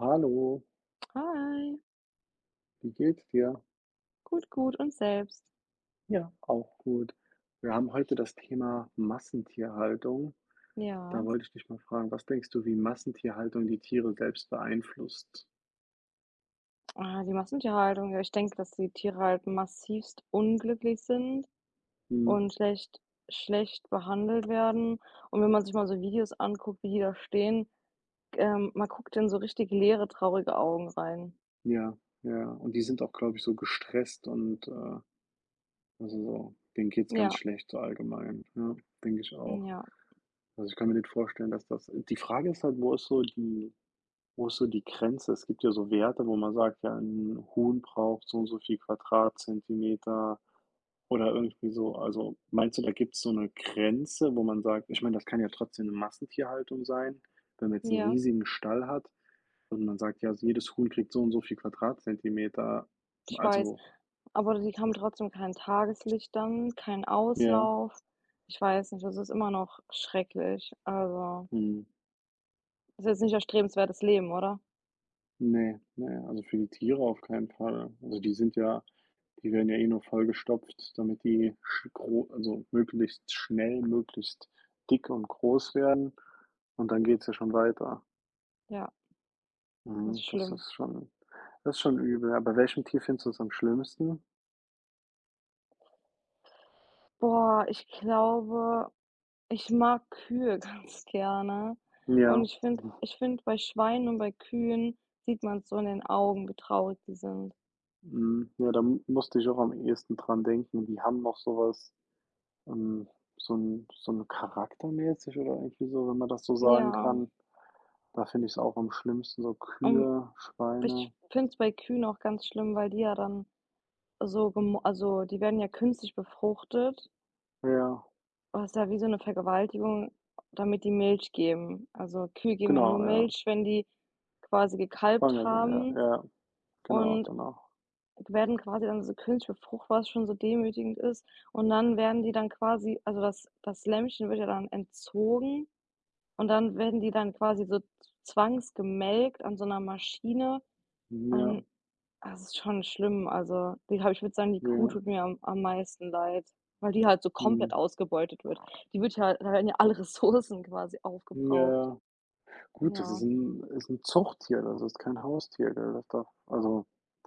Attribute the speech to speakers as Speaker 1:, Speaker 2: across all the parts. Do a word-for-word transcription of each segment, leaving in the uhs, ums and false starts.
Speaker 1: Hallo,
Speaker 2: Hi,
Speaker 1: wie geht's dir?
Speaker 2: gut, gut und selbst?
Speaker 1: Ja, auch gut. Wir haben heute das Thema Massentierhaltung.
Speaker 2: Ja,
Speaker 1: Da wollte ich dich mal fragen, was denkst du, wie Massentierhaltung die Tiere selbst beeinflusst?
Speaker 2: ah, die Massentierhaltung, ja, ich denke, dass die Tiere halt massivst unglücklich sind
Speaker 1: Mhm.
Speaker 2: und schlecht schlecht behandelt werden. Und wenn man sich mal so Videos anguckt, wie die da stehen, ähm, man guckt in so richtig leere, traurige Augen rein.
Speaker 1: Ja, ja. Und die sind auch, glaube ich, so gestresst und äh, also so, denen geht's ganz
Speaker 2: Ja,
Speaker 1: schlecht so allgemein. Ja, denke ich auch.
Speaker 2: ja,
Speaker 1: Also ich kann mir nicht vorstellen, dass das. Die Frage ist halt, wo ist so die, wo ist so die Grenze? Es gibt ja so Werte, wo man sagt, ja, ein Huhn braucht so und so viel Quadratzentimeter. Oder irgendwie so, also meinst du, da gibt es so eine Grenze, wo man sagt, ich meine, das kann ja trotzdem eine Massentierhaltung sein, wenn man jetzt einen
Speaker 2: ja,
Speaker 1: riesigen Stall hat und man sagt, ja, also jedes Huhn kriegt so und so viel Quadratzentimeter.
Speaker 2: ich weiß.
Speaker 1: Also
Speaker 2: Aber die haben trotzdem kein Tageslicht dann, keinen
Speaker 1: ja,
Speaker 2: Auslauf. Ich weiß nicht, das ist immer noch schrecklich. Also,
Speaker 1: mhm.
Speaker 2: das ist jetzt nicht erstrebenswertes Leben, oder?
Speaker 1: Ne, ne, also für die Tiere auf keinen Fall. Also die sind ja, die werden ja eh nur vollgestopft, damit die sch gro also möglichst schnell, möglichst dick und groß werden und dann geht's ja schon weiter.
Speaker 2: Ja, das ist
Speaker 1: Mhm, das
Speaker 2: schlimm.
Speaker 1: ist schon Das ist schon übel. Aber welchem Tier findest du's am schlimmsten?
Speaker 2: Boah, ich glaube, ich mag Kühe ganz gerne. Und
Speaker 1: Ja.
Speaker 2: ich finde ich finde, bei Schweinen und bei Kühen sieht man es so in den Augen, wie traurig die sind.
Speaker 1: Mhm, ja, da m musste ich auch am ehesten dran denken. Die haben noch so was, ähm so 'n so 'n charaktermäßig oder irgendwie so, wenn man das so sagen
Speaker 2: Ja.
Speaker 1: kann. Da finde ich es auch am schlimmsten, so
Speaker 2: Mhm.
Speaker 1: Kühe,
Speaker 2: Und
Speaker 1: Schweine.
Speaker 2: ich finde es bei Kühen auch ganz schlimm, weil die ja dann so gemo also, die werden ja künstlich befruchtet.
Speaker 1: Ja,
Speaker 2: Was ist ja wie so eine Vergewaltigung, damit die Milch geben. Also, Kühe geben ja nur
Speaker 1: genau, ja.
Speaker 2: Milch, wenn die quasi gekalbt
Speaker 1: Schwanger sind, ja,
Speaker 2: haben
Speaker 1: ja, genau,
Speaker 2: und
Speaker 1: danach.
Speaker 2: Werden quasi dann so künstliche Frucht, was schon so demütigend ist, und dann werden die dann quasi, also das das Lämmchen wird ja dann entzogen, und dann werden die dann quasi so zwangsgemelkt an so einer Maschine,
Speaker 1: Ja,
Speaker 2: und das ist schon schlimm. Also, die habe ich würde sagen, die Kuh
Speaker 1: ja,
Speaker 2: tut mir am am meisten leid, weil die halt so komplett
Speaker 1: mhm.
Speaker 2: ausgebeutet wird. Die wird ja da werden ja alle Ressourcen quasi
Speaker 1: Ja,
Speaker 2: aufgebraucht.
Speaker 1: ja. Gut, das ist
Speaker 2: Ja.
Speaker 1: ein, ist ein Zuchttier, das ist kein Haustier, gell? Das darf also.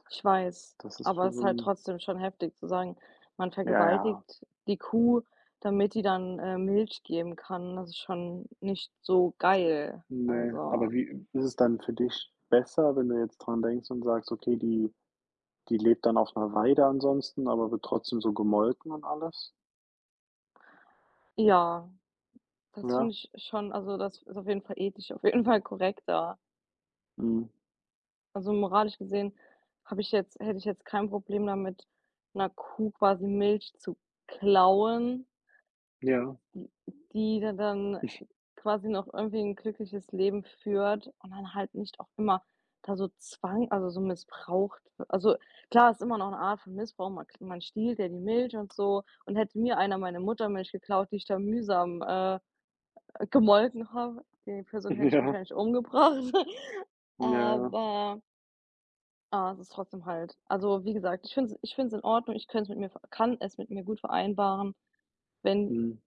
Speaker 2: Ich weiß,
Speaker 1: Das ist
Speaker 2: aber
Speaker 1: für
Speaker 2: es ist
Speaker 1: so
Speaker 2: halt
Speaker 1: 'n,
Speaker 2: trotzdem schon heftig zu sagen, man
Speaker 1: ja, ja,
Speaker 2: vergewaltigt die Kuh, damit die dann, äh, Milch geben kann. Das ist schon nicht so geil.
Speaker 1: ne.
Speaker 2: Also,
Speaker 1: Aber wie ist es dann für dich besser, wenn du jetzt dran denkst und sagst: „Okay, die die lebt dann auf 'ner Weide ansonsten, aber wird trotzdem so gemolken und alles?“
Speaker 2: ja, das
Speaker 1: Ja,
Speaker 2: finde ich schon. Also, das ist auf jeden Fall ethisch, auf jeden Fall korrekter.
Speaker 1: mhm.
Speaker 2: Also, moralisch gesehen habe ich jetzt hätte ich jetzt kein Problem damit, 'ner Kuh quasi Milch zu klauen.
Speaker 1: Ja,
Speaker 2: Die da dann quasi noch irgendwie ein glückliches Leben führt, und dann halt nicht auch immer da so Zwang, also so missbraucht w also, klar, ist immer noch eine Art von Missbrauch, man man stiehlt ja die Milch und so. Und hätte mir einer meine Muttermilch geklaut, die ich da mühsam, äh, gemolken habe, die Person hätte ich
Speaker 1: ja,
Speaker 2: wahrscheinlich umgebracht.
Speaker 1: ja,
Speaker 2: Aber ah, es ist trotzdem halt, also, wie gesagt, ich finde es ich finde es in Ordnung. Ich könnte es mit mir ver kann es mit mir gut vereinbaren, wenn
Speaker 1: mhm.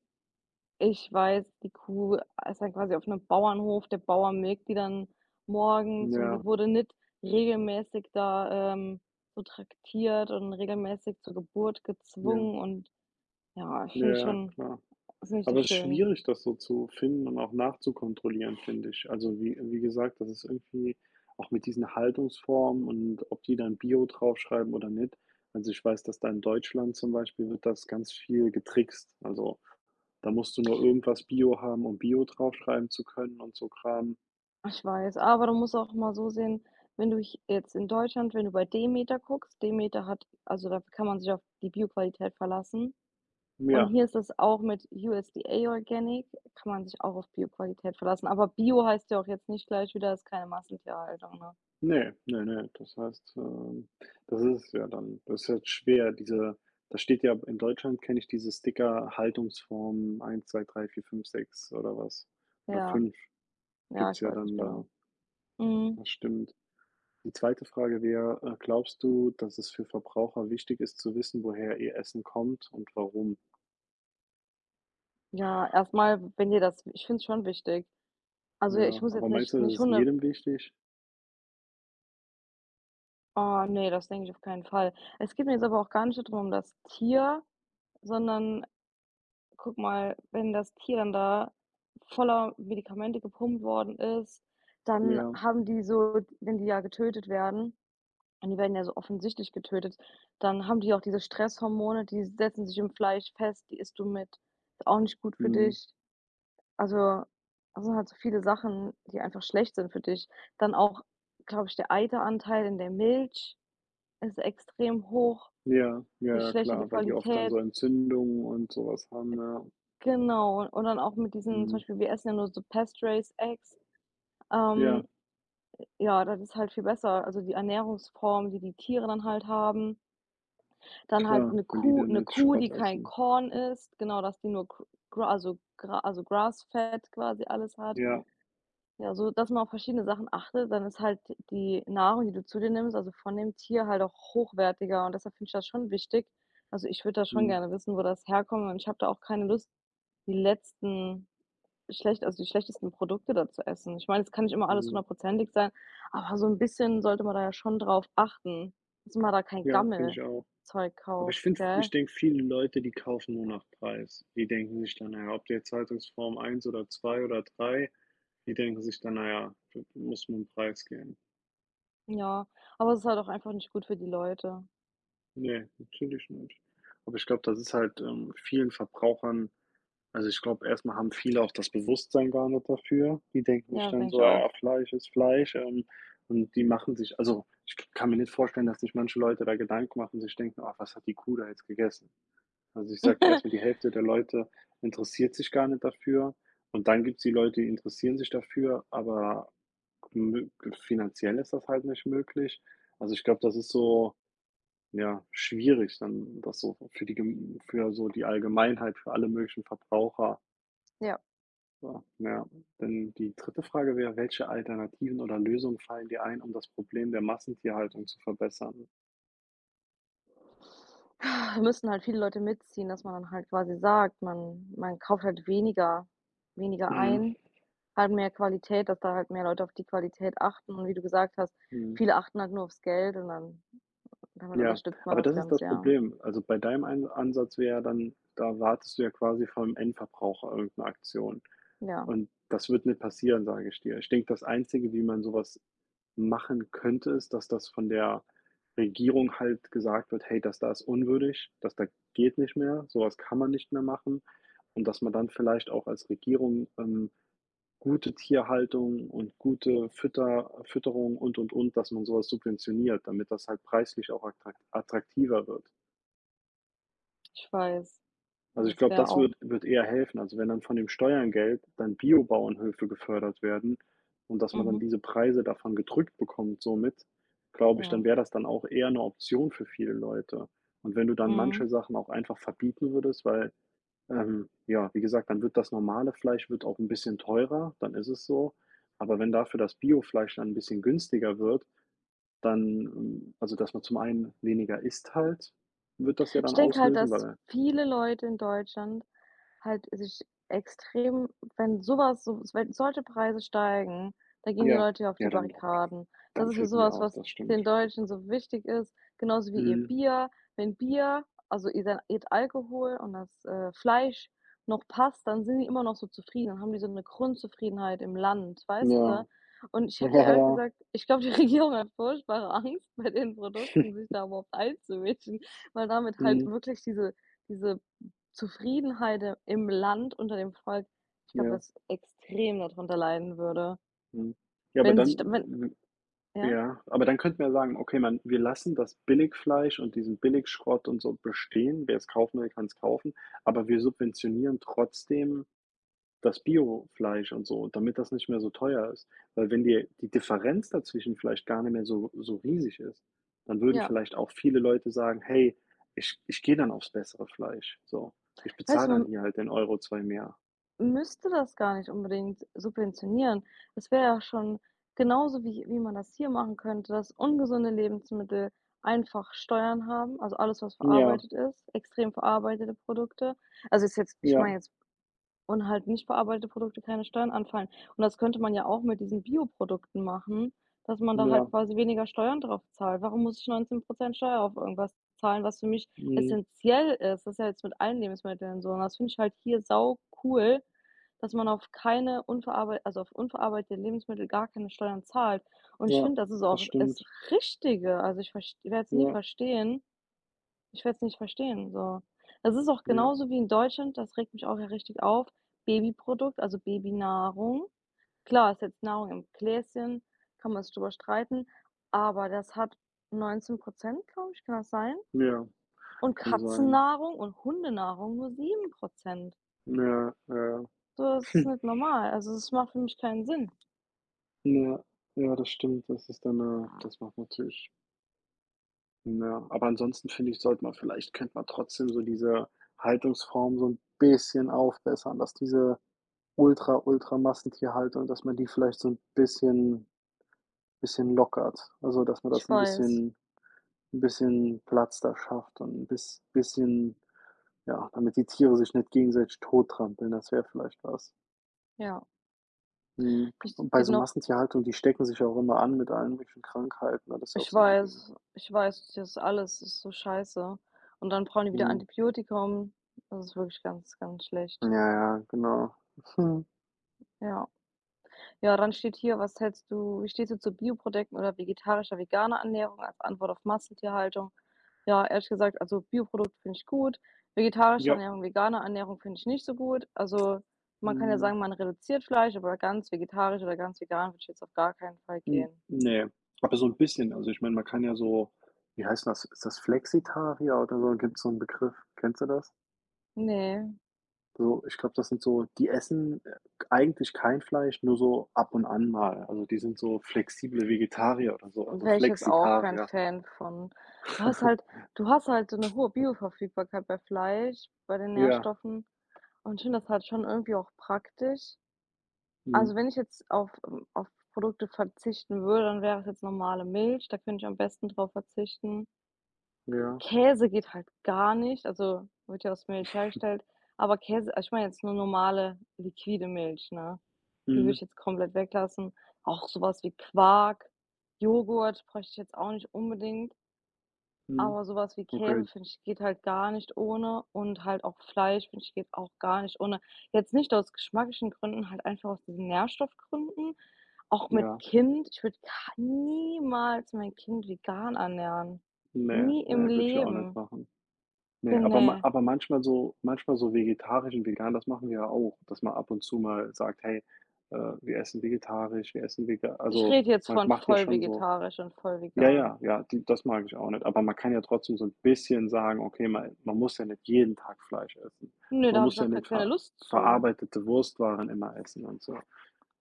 Speaker 2: Ich weiß, die Kuh ist dann quasi auf 'nem Bauernhof. Der Bauer melkt die dann morgens, und
Speaker 1: Ja,
Speaker 2: die wurde nicht regelmäßig da, ähm, so traktiert und regelmäßig zur Geburt
Speaker 1: ja,
Speaker 2: gezwungen, und ja, finde ich
Speaker 1: ja,
Speaker 2: schon,
Speaker 1: klar.
Speaker 2: ist nicht so
Speaker 1: Aber es ist
Speaker 2: schön.
Speaker 1: schwierig, das so zu finden und auch nachzukontrollieren, finde ich. Also, wie wie gesagt, das ist irgendwie auch mit diesen Haltungsformen und ob die dann Bio draufschreiben oder nicht. Also, ich weiß, dass da in Deutschland zum Beispiel wird das ganz viel getrickst. Also, da musst du nur irgendwas Bio haben, um Bio draufschreiben zu können und so Kram.
Speaker 2: Ich weiß, aber du musst auch mal so sehen, wenn du ich jetzt in Deutschland, wenn du bei Demeter guckst, Demeter hat, also, da kann man sich auf die Bioqualität verlassen. Und
Speaker 1: Ja.
Speaker 2: hier ist es auch mit U S D A Organic, kann man sich auch auf Bioqualität verlassen. Aber Bio heißt ja auch jetzt nicht gleich wieder, ist keine Massentierhaltung, ne?
Speaker 1: Ne, ne, ne. Das heißt, ähm, das ist ja dann. Das ist jetzt schwer, diese, da steht ja in Deutschland, kenne ich diese Sticker Haltungsform eins, zwei, drei, vier, fünf, sechs oder was. Oder
Speaker 2: Ja,
Speaker 1: fünf
Speaker 2: ja,
Speaker 1: gibt's
Speaker 2: ich
Speaker 1: ja
Speaker 2: weiß nicht
Speaker 1: dann
Speaker 2: genau.
Speaker 1: da.
Speaker 2: Mhm.
Speaker 1: Das stimmt. Die zweite Frage wäre, äh, glaubst du, dass es für Verbraucher wichtig ist zu wissen, woher ihr Essen kommt und warum?
Speaker 2: Ja, erstmal, wenn dir das ich finde es schon wichtig. Also, ja, ich
Speaker 1: Ja,
Speaker 2: muss
Speaker 1: aber
Speaker 2: jetzt
Speaker 1: meinst
Speaker 2: nicht
Speaker 1: du,
Speaker 2: nicht
Speaker 1: das ist
Speaker 2: Hunde,
Speaker 1: jedem wichtig?
Speaker 2: oh ne, das denke ich auf keinen Fall. Es geht mir jetzt aber auch gar nicht so drum um das Tier, sondern guck mal, wenn das Tier dann da voller Medikamente gepumpt worden ist, dann
Speaker 1: Ja,
Speaker 2: haben die so, wenn die ja getötet werden. Und die werden ja so offensichtlich getötet. Dann haben die auch diese Stresshormone, die setzen sich im Fleisch fest, die isst du mit. Ist auch nicht gut für
Speaker 1: mhm.
Speaker 2: dich. Also, das sind halt so viele Sachen, die einfach schlecht sind für dich. Dann auch, glaube ich, der Eiteranteil in der Milch ist extrem hoch.
Speaker 1: Ja, ja,
Speaker 2: Je
Speaker 1: ja,
Speaker 2: schlechter die
Speaker 1: klar, weil die oft dann
Speaker 2: Qualität.
Speaker 1: so Entzündungen und sowas haben, ja.
Speaker 2: Genau. Und dann auch mit diesen, zum
Speaker 1: Mhm.
Speaker 2: Beispiel, wir essen ja nur so Pasture-Raised Eggs. Ähm,
Speaker 1: Ja.
Speaker 2: ja, das ist halt viel besser. Also die Ernährungsform, die die Tiere dann halt haben. Dann halt
Speaker 1: Klar,
Speaker 2: 'ne
Speaker 1: wenn die
Speaker 2: Kuh
Speaker 1: dann
Speaker 2: 'ne
Speaker 1: nicht
Speaker 2: Kuh, die
Speaker 1: Schrott
Speaker 2: kein
Speaker 1: essen.
Speaker 2: Korn isst, genau, dass die nur gr gra also gra also Grass-fed quasi alles hat.
Speaker 1: Ja,
Speaker 2: Ja, so dass man auf verschiedene Sachen achtet, dann ist halt die Nahrung, die du zu dir nimmst, also von dem Tier halt auch hochwertiger, und deshalb finde ich das schon wichtig. Also, ich würde da schon
Speaker 1: mhm,
Speaker 2: gerne wissen, wo das herkommt, und ich habe da auch keine Lust, die letzten, schlecht also die schlechtesten Produkte da zu essen. Ich meine, es kann nicht immer alles
Speaker 1: mhm.
Speaker 2: hundertprozentig sein, aber so 'n bisschen sollte man da ja schon drauf achten, dass man da kein
Speaker 1: Ja, finde ich auch.
Speaker 2: Gammelzeug
Speaker 1: Aber ich
Speaker 2: kauft,
Speaker 1: finde
Speaker 2: gell?
Speaker 1: ich denke, viele Leute, die kaufen nur nach Preis. Die denken sich dann: naja, ob du Zeitungsform eins oder zwei oder drei, die denken sich dann: naja, das muss mit'm Preis gehen.“
Speaker 2: Ja, aber es ist halt auch einfach nicht gut für die Leute.
Speaker 1: Ne, natürlich nicht. Aber ich glaube, das ist halt, ähm, vielen Verbrauchern. Also, ich glaube, erstmal haben viele auch das Bewusstsein gar nicht dafür. Die denken sich
Speaker 2: Ja, das
Speaker 1: dann
Speaker 2: denke ich
Speaker 1: so: ah
Speaker 2: auch.
Speaker 1: „Ja, Fleisch ist Fleisch“, ähm, und die machen sich, also, ich kann mir nicht vorstellen, dass sich manche Leute da Gedanken machen, sich denken: „Ah, was hat die Kuh da jetzt gegessen?“ Also, ich sage, erstmal die Hälfte der Leute interessiert sich gar nicht dafür und dann gibt es die Leute, die interessieren sich dafür, aber mö finanziell ist das halt nicht möglich. Also, ich glaube, das ist so, ja, schwierig dann, das so für die gem für so die Allgemeinheit, für alle möglichen Verbraucher
Speaker 2: Ja.
Speaker 1: so, ja. Denn die dritte Frage wäre, welche Alternativen oder Lösungen fallen dir ein, um das Problem der Massentierhaltung zu verbessern?
Speaker 2: Müssen halt viele Leute mitziehen, dass man dann halt quasi sagt, man man kauft halt weniger weniger
Speaker 1: Mhm.
Speaker 2: ein, halt mehr Qualität, dass da halt mehr Leute auf die Qualität achten, und wie du gesagt hast,
Speaker 1: Mhm.
Speaker 2: viele achten halt nur aufs Geld, und dann damit
Speaker 1: Ja,
Speaker 2: unterstützt man
Speaker 1: aber
Speaker 2: das
Speaker 1: das ist das
Speaker 2: Ganze, ja.
Speaker 1: Problem. Also, bei deinem Ein Ansatz wäre ja dann, da wartest du ja quasi vom Endverbraucher irgendeine Aktion.
Speaker 2: Ja,
Speaker 1: Und das wird nicht passieren, sage ich dir. Ich denke, das Einzige, wie man sowas machen könnte, ist, dass das von der Regierung halt gesagt wird: „Hey, das da ist unwürdig, das da geht nicht mehr, sowas kann man nicht mehr machen.“ Und dass man dann vielleicht auch als Regierung, ähm gute Tierhaltung und gute Fütter Fütterung und, und, und, dass man sowas subventioniert, damit das halt preislich auch attrakt attraktiver wird.
Speaker 2: ich weiß.
Speaker 1: Also, ich
Speaker 2: Das
Speaker 1: glaube,
Speaker 2: wäre
Speaker 1: das
Speaker 2: auch,
Speaker 1: wird wird eher helfen. Also, wenn dann von dem Steuergeld dann Biobauernhöfe gefördert werden und dass man dann
Speaker 2: mhm,
Speaker 1: diese Preise davon gedrückt bekommt somit, glaube ich, dann
Speaker 2: ja,
Speaker 1: wäre das dann auch eher eine Option für viele Leute. Und wenn du dann
Speaker 2: mhm.
Speaker 1: manche Sachen auch einfach verbieten würdest, weil, Ähm, ja, wie gesagt, dann wird das normale Fleisch wird auch ein bisschen teurer, dann ist es so. Aber wenn dafür das Biofleisch dann ein bisschen günstiger wird, dann, ähm also, dass man zum einen weniger isst halt, wird das ja
Speaker 2: Ich
Speaker 1: dann
Speaker 2: denke halt,
Speaker 1: auslösen,
Speaker 2: dass
Speaker 1: weil,
Speaker 2: viele Leute in Deutschland halt sich extrem, wenn sowas, so wenn solche Preise steigen, da gehen die
Speaker 1: ja,
Speaker 2: Leute ja auf die
Speaker 1: ja, dann
Speaker 2: Barrikaden. Das
Speaker 1: dann
Speaker 2: ist ja
Speaker 1: flippen die
Speaker 2: sowas,
Speaker 1: aus,
Speaker 2: was
Speaker 1: das stimmt.
Speaker 2: den Deutschen so wichtig ist, genauso wie ihr
Speaker 1: Mhm.
Speaker 2: Bier. Wenn Bier, also ihr ihr Alkohol und das, äh, Fleisch noch passt, dann sind die immer noch so zufrieden, dann haben die so eine Grundzufriedenheit im Land, weißt
Speaker 1: Ja.
Speaker 2: du? Und ich hätte
Speaker 1: Ja,
Speaker 2: ehrlich
Speaker 1: ja.
Speaker 2: gesagt, ich glaube, die Regierung hat furchtbare Angst, bei den Produkten sich da überhaupt einzumischen, weil damit halt
Speaker 1: Mhm.
Speaker 2: wirklich diese diese Zufriedenheit im Land unter dem Volk, ich glaube,
Speaker 1: Ja.
Speaker 2: das extrem darunter leiden würde,
Speaker 1: Mhm. Ja, aber
Speaker 2: wenn sich da, wenn,
Speaker 1: dann.
Speaker 2: ja?
Speaker 1: Ja, aber dann könnten wir sagen, okay, man wir lassen das Billigfleisch und diesen Billigschrott und so bestehen. Wer es kaufen will, kann es kaufen, aber wir subventionieren trotzdem das Biofleisch und so, damit das nicht mehr so teuer ist. Weil wenn die die Differenz dazwischen vielleicht gar nicht mehr so so riesig ist, dann würden
Speaker 2: Ja.
Speaker 1: vielleicht auch viele Leute sagen: „Hey, ich ich gehe dann aufs bessere Fleisch, so. Ich
Speaker 2: Weißt
Speaker 1: bezahle
Speaker 2: du,
Speaker 1: dann
Speaker 2: man
Speaker 1: hier halt den Euro, zwei mehr.“
Speaker 2: müsste das gar nicht unbedingt subventionieren. Das wäre ja schon, genauso wie wie man das hier machen könnte, dass ungesunde Lebensmittel einfach Steuern haben, also alles, was
Speaker 1: Ja,
Speaker 2: verarbeitet ist, extrem verarbeitete Produkte. Also ist jetzt, ich
Speaker 1: ja,
Speaker 2: meine jetzt. Und halt nicht verarbeitete Produkte keine Steuern anfallen. Und das könnte man ja auch mit diesen Bioprodukten machen, dass man da halt
Speaker 1: ja,
Speaker 2: quasi weniger Steuern drauf zahlt. Warum muss ich neunzehn Steuer auf irgendwas zahlen, was für mich
Speaker 1: mhm,
Speaker 2: essentiell ist? Das ist ja jetzt mit allen Lebensmitteln so. Und das finde ich halt hier sau cool dass man auf keine unverarbeit also auf unverarbeitete Lebensmittel gar keine Steuern zahlt. Und ich
Speaker 1: ja,
Speaker 2: finde, das ist
Speaker 1: das
Speaker 2: auch das
Speaker 1: stimmt.
Speaker 2: Richtige. Also, ich verst werde es nie
Speaker 1: Ja,
Speaker 2: verstehen, ich werde es nicht verstehen, so. Das ist auch
Speaker 1: ja,
Speaker 2: genauso wie in Deutschland, das regt mich auch ja richtig auf, Babyprodukt, also Babynahrung. Klar, ist jetzt Nahrung im Gläschen, kann man sich drüber streiten, aber das hat neunzehn Prozent, glaube ich, kann das sein?
Speaker 1: ja.
Speaker 2: Und
Speaker 1: Kann sein.
Speaker 2: Katzennahrung und Hundenahrung nur sieben Prozent.
Speaker 1: Ja, ja.
Speaker 2: So, das ist
Speaker 1: Hm,
Speaker 2: nicht normal. Also, das macht für mich keinen Sinn.
Speaker 1: ja. Ja, das stimmt. Das ist dann, äh das macht natürlich, ja, aber ansonsten finde ich, sollte man vielleicht könnte man trotzdem so diese Haltungsform so ein bisschen aufbessern, dass diese Ultra Ultra Massentierhaltung, dass man die vielleicht so ein bisschen bisschen lockert. Also, dass man
Speaker 2: Ich
Speaker 1: das ein
Speaker 2: weiß,
Speaker 1: bisschen, ein bisschen Platz da schafft und ein bis bisschen, ja, damit die Tiere sich nicht gegenseitig tottrampeln, das wäre vielleicht was.
Speaker 2: ja.
Speaker 1: Mhm.
Speaker 2: Ich
Speaker 1: Und bei
Speaker 2: den
Speaker 1: so
Speaker 2: noch
Speaker 1: Massentierhaltung, die stecken sich ja auch immer an mit allen möglichen Krankheiten, ne? Das ist ja auch
Speaker 2: Ich
Speaker 1: so 'n Ding.
Speaker 2: weiß, ich weiß, das alles ist so scheiße. Und dann brauchen die wieder
Speaker 1: Mhm.
Speaker 2: Antibiotikum. Das ist wirklich ganz, ganz
Speaker 1: Ja,
Speaker 2: schlecht.
Speaker 1: ja, genau. Hm,
Speaker 2: Ja. Ja, dann steht hier: „Was hältst du Wie stehst du zu Bioprodukten oder vegetarischer, veganer Ernährung als Antwort auf Massentierhaltung?" Ja, ehrlich gesagt, also Bioprodukt finde ich gut. Vegetarische
Speaker 1: ja,
Speaker 2: Ernährung, vegane Ernährung finde ich nicht so gut. Also, man kann ja
Speaker 1: hm,
Speaker 2: sagen, man reduziert Fleisch, aber ganz vegetarisch oder ganz vegan würde ich jetzt auf gar keinen Fall
Speaker 1: hm,
Speaker 2: gehen.
Speaker 1: ne. Aber so 'n bisschen, also ich meine, man kann ja so, wie heißt das? Ist das Flexitarier oder so? Gibt's so 'n Begriff? Kennst du das?
Speaker 2: Ne.
Speaker 1: So, ich glaube, das sind so die essen, äh, eigentlich kein Fleisch, nur so ab und an mal. Also, die sind so flexible Vegetarier oder so, also
Speaker 2: Wäre ich jetzt auch kein
Speaker 1: Flexitarier.
Speaker 2: Fan von. Du hast halt du hast halt so 'ne hohe Bioverfügbarkeit bei Fleisch, bei den
Speaker 1: Ja.
Speaker 2: Nährstoffen, und ich finde das halt schon irgendwie auch praktisch.
Speaker 1: Mhm.
Speaker 2: Also, wenn ich jetzt auf ähm, auf Produkte verzichten würde, dann wäre es jetzt normale Milch, da könnte ich am besten drauf verzichten.
Speaker 1: Ja.
Speaker 2: Käse geht halt gar nicht, also, wird ja aus Milch hergestellt, aber Käse, also, ich meine jetzt nur normale liquide Milch, ne? Die würde
Speaker 1: Mhm.
Speaker 2: ich jetzt komplett weglassen. Auch so was wie Quark, Joghurt bräuchte ich jetzt auch nicht unbedingt.
Speaker 1: Mhm.
Speaker 2: Aber sowas wie Käse,
Speaker 1: Okay.
Speaker 2: finde ich, geht halt gar nicht ohne, und halt auch Fleisch, finde ich, geht auch gar nicht ohne. Jetzt nicht aus geschmacklichen Gründen, halt einfach aus diesen Nährstoffgründen. Auch mit
Speaker 1: Ja,
Speaker 2: Kind, ich würde niemals mein Kind vegan ernähren.
Speaker 1: ne,
Speaker 2: Nie im
Speaker 1: ne, würde ich ja auch nicht
Speaker 2: Leben.
Speaker 1: machen.
Speaker 2: Ge
Speaker 1: Ne, aber ma
Speaker 2: ne.
Speaker 1: aber manchmal, so manchmal so vegetarisch und vegan, das machen wir ja auch, dass man ab und zu mal sagt: „Hey, äh, wir essen vegetarisch, wir essen vegan,
Speaker 2: Ich
Speaker 1: also,
Speaker 2: rede jetzt
Speaker 1: man
Speaker 2: von
Speaker 1: macht ja
Speaker 2: voll
Speaker 1: schon so,
Speaker 2: vegetarisch und voll
Speaker 1: ja,
Speaker 2: vegan.
Speaker 1: ja, ja, die, das mag ich auch nicht, aber man kann ja trotzdem so ein bisschen sagen: „Okay, man man muss ja nicht jeden Tag Fleisch essen.
Speaker 2: Ne, da
Speaker 1: Man
Speaker 2: habe
Speaker 1: muss
Speaker 2: ich
Speaker 1: ja
Speaker 2: auch ke
Speaker 1: nicht
Speaker 2: keine
Speaker 1: ver
Speaker 2: Lust zu.
Speaker 1: verarbeitete Wurstwaren immer essen und so.“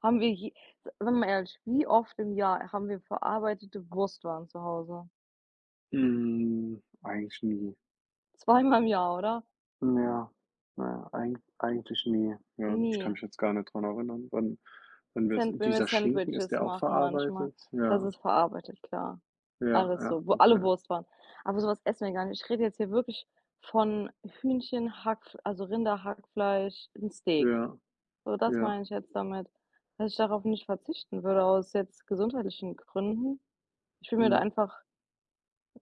Speaker 2: Haben wir je sind wir ehrlich, wie oft im Jahr haben wir verarbeitete Wurstwaren zu Hause?
Speaker 1: Hm, eigentlich nie.
Speaker 2: Zweimal im Jahr, oder?
Speaker 1: Ja, na, eigen eigentlich nie. Ja, ich kann
Speaker 2: nie
Speaker 1: mich jetzt gar nicht dran erinnern, wann wann wir's,
Speaker 2: Sand Wenn wir
Speaker 1: dieser Schinken, ist
Speaker 2: Sandwiches
Speaker 1: der auch
Speaker 2: machen manchmal.
Speaker 1: verarbeitet?
Speaker 2: Das
Speaker 1: Ja,
Speaker 2: ist verarbeitet, klar.
Speaker 1: ja,
Speaker 2: Alles
Speaker 1: ja,
Speaker 2: so, wo, alle
Speaker 1: okay.
Speaker 2: Wurstwaren. Aber so was essen wir gar nicht. Ich rede jetzt hier wirklich von Hühnchen, Hack, also Rinder, Hackfleisch, 'n Steak.
Speaker 1: Ja,
Speaker 2: So, das
Speaker 1: ja,
Speaker 2: meine ich jetzt damit, dass ich darauf nicht verzichten würde aus jetzt gesundheitlichen Gründen. Ich bin mir da
Speaker 1: mhm.
Speaker 2: einfach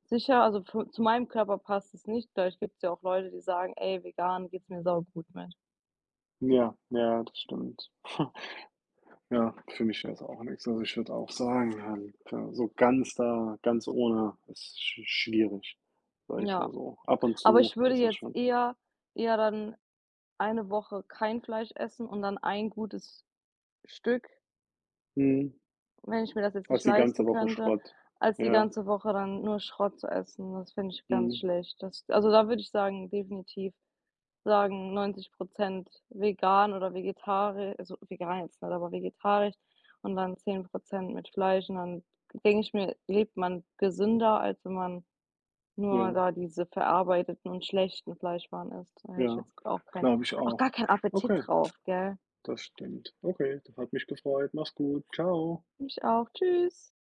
Speaker 2: sicher, also für zu meinem Körper passt es nicht. Vielleicht gibt's ja auch Leute, die sagen: „Ey, vegan geht's mir saugut mit."
Speaker 1: Ja, ja, das stimmt. Ja, für mich wäre es auch nichts. Also, ich würde auch sagen, halt, äh, so ganz da ganz ohne ist sch schwierig, sage ich
Speaker 2: Ja,
Speaker 1: mal so. Ab und
Speaker 2: aber
Speaker 1: zu
Speaker 2: ich würde
Speaker 1: ist das
Speaker 2: jetzt
Speaker 1: schon.
Speaker 2: eher, eher dann eine Woche kein Fleisch essen und dann ein gutes Stück,
Speaker 1: Mhm.
Speaker 2: wenn ich mir das jetzt nicht
Speaker 1: Also, die
Speaker 2: leisten
Speaker 1: ganze Woche
Speaker 2: könnte,
Speaker 1: Schrott.
Speaker 2: als die
Speaker 1: Ja,
Speaker 2: ganze Woche dann nur Schrott zu essen. Das finde ich ganz
Speaker 1: mhm.
Speaker 2: schlecht. Das, also, da würde ich sagen definitiv sagen, neunzig vegan oder vegetarisch, also, vegan jetzt nicht, aber vegetarisch, und dann zehn mit Fleisch, und dann denke ich mir, lebt man gesünder, als wenn man nur
Speaker 1: Ja,
Speaker 2: da diese verarbeiteten und schlechten Fleischwaren isst. Da hätte ich
Speaker 1: ja,
Speaker 2: jetzt auch keinen
Speaker 1: glaube ich
Speaker 2: auch
Speaker 1: auch.
Speaker 2: gar keinen Appetit
Speaker 1: Okay.
Speaker 2: drauf, gell?
Speaker 1: Das stimmt. Okay, das hat mich gefreut. Mach's gut. Ciao.
Speaker 2: Ich auch. Tschüss.